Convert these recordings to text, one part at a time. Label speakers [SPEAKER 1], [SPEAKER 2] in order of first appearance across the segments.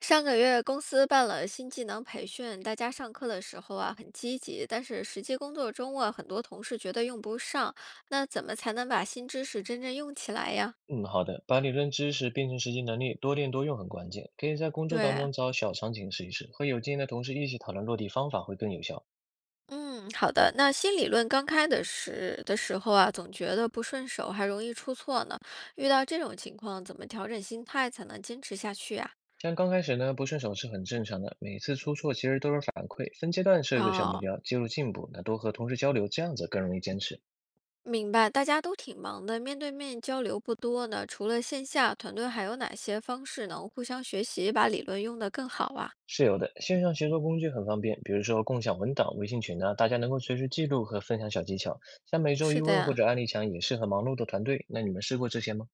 [SPEAKER 1] 上个月公司办了新技能培训，大家上课的时候啊很积极，但是实际工作中啊，很多同事觉得用不上。那怎么才能把新知识真正用起来呀？
[SPEAKER 2] 嗯，好的，把理论知识变成实际能力，多练多用很关键。可以在工作当
[SPEAKER 1] 对，
[SPEAKER 2] 中找小场景试一试，和有经验的同事一起讨论落地方法会更有效。
[SPEAKER 1] 嗯，好的。那新理论刚开的时候啊，总觉得不顺手，还容易出错呢。遇到这种情况，怎么调整心态才能坚持下去呀？
[SPEAKER 2] 像刚开始呢，不顺手是很正常的，每次出错其实都是反馈。分阶段设一个小目
[SPEAKER 1] 哦，
[SPEAKER 2] 标，记录进步，那多和同事交流，这样子更容易坚持。
[SPEAKER 1] 明白，大家都挺忙的，面对面交流不多呢。除了线下，团队还有哪些方式能互相学习，把理论用得更好啊？
[SPEAKER 2] 是有的，线上协作工具很方便，比如说共享文档、微信群啊，大家能够随时记录和分享小技巧。像每周
[SPEAKER 1] 是
[SPEAKER 2] 一
[SPEAKER 1] 的
[SPEAKER 2] 问或
[SPEAKER 1] 呀，
[SPEAKER 2] 者案例墙也适合忙碌的团队。那你们试过这些吗？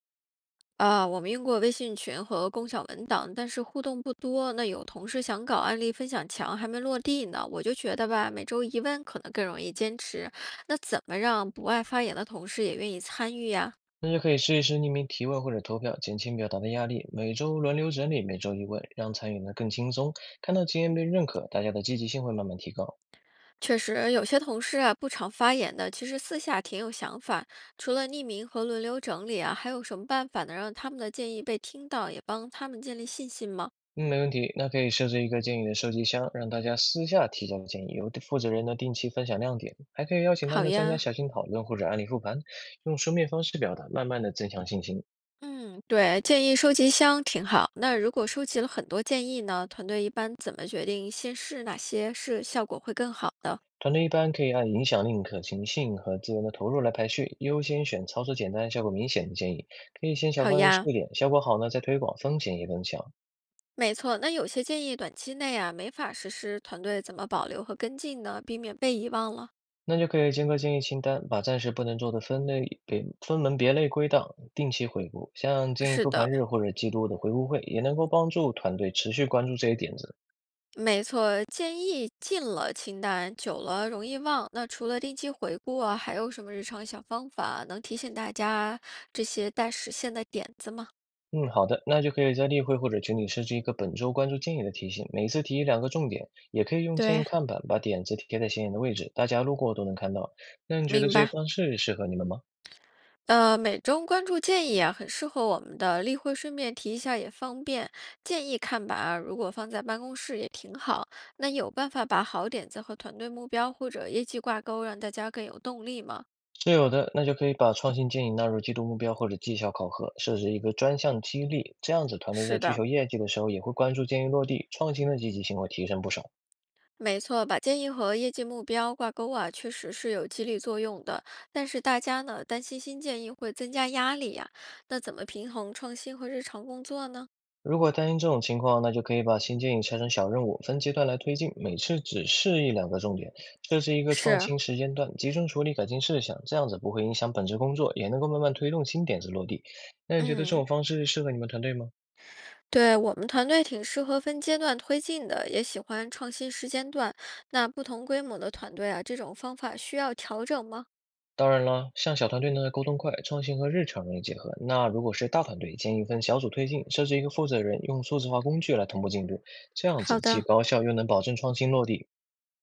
[SPEAKER 1] 啊，我们用过微信群和共享文档，但是互动不多。那有同事想搞案例分享墙，还没落地呢。我就觉得吧，每周一问可能更容易坚持。那怎么让不爱发言的同事也愿意参与呀？
[SPEAKER 2] 那就可以试一试匿名提问或者投票，减轻表达的压力。每周轮流整理，每周一问，让参与呢更轻松。看到经验被认可，大家的积极性会慢慢提高。
[SPEAKER 1] 确实，有些同事啊不常发言的，其实私下挺有想法。除了匿名和轮流整理啊，还有什么办法能让他们的建议被听到，也帮他们建立信心吗？
[SPEAKER 2] 嗯，没问题。那可以设置一个建议的收集箱，让大家私下提交建议，由负责人呢定期分享亮点，还可以邀请他
[SPEAKER 1] 好
[SPEAKER 2] 们参加
[SPEAKER 1] 呀，
[SPEAKER 2] 小型讨论或者案例复盘，用书面方式表达，慢慢的增强信心。
[SPEAKER 1] 嗯，对，建议收集箱挺好。那如果收集了很多建议呢，团队一般怎么决定先试哪些是效果会更好的？
[SPEAKER 2] 团队一般可以按影响力、可行性和资源的投入来排序，优先选操作简单、效果明显的建议。可以先小
[SPEAKER 1] 好
[SPEAKER 2] 范围试
[SPEAKER 1] 呀，
[SPEAKER 2] 一点，效果好呢再推广，风险也更强。
[SPEAKER 1] 没错。那有些建议短期内啊没法实施，团队怎么保留和跟进呢？避免被遗忘了。
[SPEAKER 2] 那就可以结合建议清单，把暂时不能做的分类别，分门别类归档，定期回顾。像建议
[SPEAKER 1] 是
[SPEAKER 2] 复
[SPEAKER 1] 的，
[SPEAKER 2] 盘日或者季度的回顾会，也能够帮助团队持续关注这些点子。
[SPEAKER 1] 没错，建议进了清单，久了容易忘。那除了定期回顾啊，还有什么日常小方法能提醒大家这些待实现的点子吗？
[SPEAKER 2] 嗯，好的，那就可以在例会或者群里设置一个本周关注建议的提醒，每次提一两个重点，也可以用建议
[SPEAKER 1] 对，
[SPEAKER 2] 看板把点子贴在显眼的位置，大家路过都能看到。那你觉得
[SPEAKER 1] 明
[SPEAKER 2] 这些
[SPEAKER 1] 白。
[SPEAKER 2] 方式适合你们吗？
[SPEAKER 1] 每周关注建议啊，很适合我们的例会，顺便提一下也方便。建议看板啊，如果放在办公室也挺好。那有办法把好点子和团队目标或者业绩挂钩，让大家更有动力吗？
[SPEAKER 2] 是有的，那就可以把创新建议纳入季度目标或者绩效考核，设置一个专项激励，这样子团队在
[SPEAKER 1] 是
[SPEAKER 2] 追
[SPEAKER 1] 的，
[SPEAKER 2] 求业绩的时候也会关注建议落地，创新的积极性会提升不少。
[SPEAKER 1] 没错，把建议和业绩目标挂钩啊，确实是有激励作用的。但是大家呢，担心新建议会增加压力呀、那怎么平衡创新和日常工作呢？
[SPEAKER 2] 如果担心这种情况，那就可以把新建议拆成小任务，分阶段来推进，每次只试一两个重点，设置一个创
[SPEAKER 1] 是，
[SPEAKER 2] 新时间段，集中处理改进事项，这样子不会影响本职工作，也能够慢慢推动新点子落地。那你觉得这
[SPEAKER 1] 嗯，
[SPEAKER 2] 种方式适合你们团队吗？
[SPEAKER 1] 对我们团队挺适合分阶段推进的，也喜欢创新时间段。那不同规模的团队啊，这种方法需要调整吗？
[SPEAKER 2] 当然了，像小团队呢，沟通快，创新和日常容易结合。那如果是大团队，建议分小组推进，设置一个负责人，用数字化工具来同步进度，这样子
[SPEAKER 1] 好
[SPEAKER 2] 既
[SPEAKER 1] 的。
[SPEAKER 2] 高效又能保证创新落地。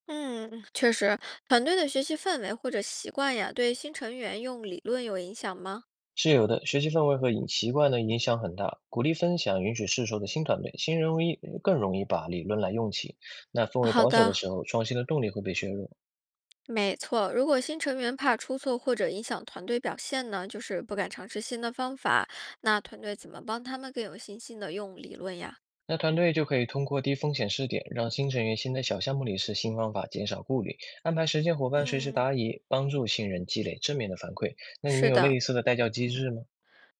[SPEAKER 1] 嗯，确实，团队的学习氛围或者习惯呀，对新成员用理论有影响吗？
[SPEAKER 2] 是有的，学习氛围和影习惯呢影响很大，鼓励分享，允许试错的新团队，新人容易更容易把理论来用起。那氛围
[SPEAKER 1] 好
[SPEAKER 2] 保守的
[SPEAKER 1] 的，
[SPEAKER 2] 时候，创新的动力会被削弱。
[SPEAKER 1] 没错，如果新成员怕出错或者影响团队表现呢，就是不敢尝试新的方法，那团队怎么帮他们更有信心的用理论呀？
[SPEAKER 2] 那团队就可以通过低风险试点，让新成员先在小项目里试新方法，减少顾虑，安排实践伙伴随时
[SPEAKER 1] 嗯，
[SPEAKER 2] 答疑，帮助新人积累正面的反馈。那你们
[SPEAKER 1] 是
[SPEAKER 2] 有
[SPEAKER 1] 的，
[SPEAKER 2] 类似的带教机制吗？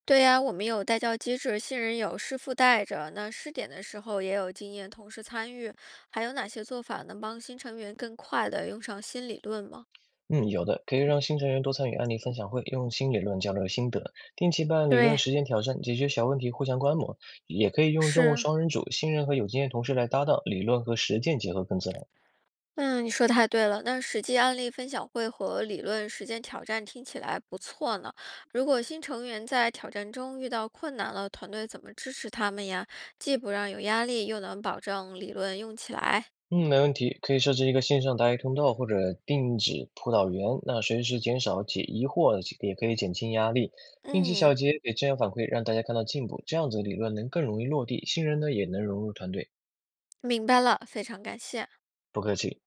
[SPEAKER 1] 对呀，我们有带教机制，新人有师傅带着，那试点的时候也有经验同事参与，还有哪些做法能帮新成员更快的用上新理论吗？
[SPEAKER 2] 嗯，有的，可以让新成员多参与案例分享会，用新理论交流心得，定期办理论
[SPEAKER 1] 对，
[SPEAKER 2] 实践挑战，解决小问题互相观摩，也可以用任务
[SPEAKER 1] 是，
[SPEAKER 2] 双人组，新人和有经验同事来搭档，理论和实践结合更自然。
[SPEAKER 1] 嗯，你说太对了。那实际案例分享会和理论实践挑战听起来不错呢。如果新成员在挑战中遇到困难了，团队怎么支持他们呀？既不让有压力，又能保证理论用起来。
[SPEAKER 2] 嗯，没问题，可以设置一个线上答疑通道或者定制辅导员，那随时减少解疑惑，也可以减轻压力。定期
[SPEAKER 1] 嗯，
[SPEAKER 2] 小结给正向反馈，让大家看到进步，这样子理论能更容易落地，新人呢也能融入团队。
[SPEAKER 1] 明白了，非常感谢。
[SPEAKER 2] 不客气。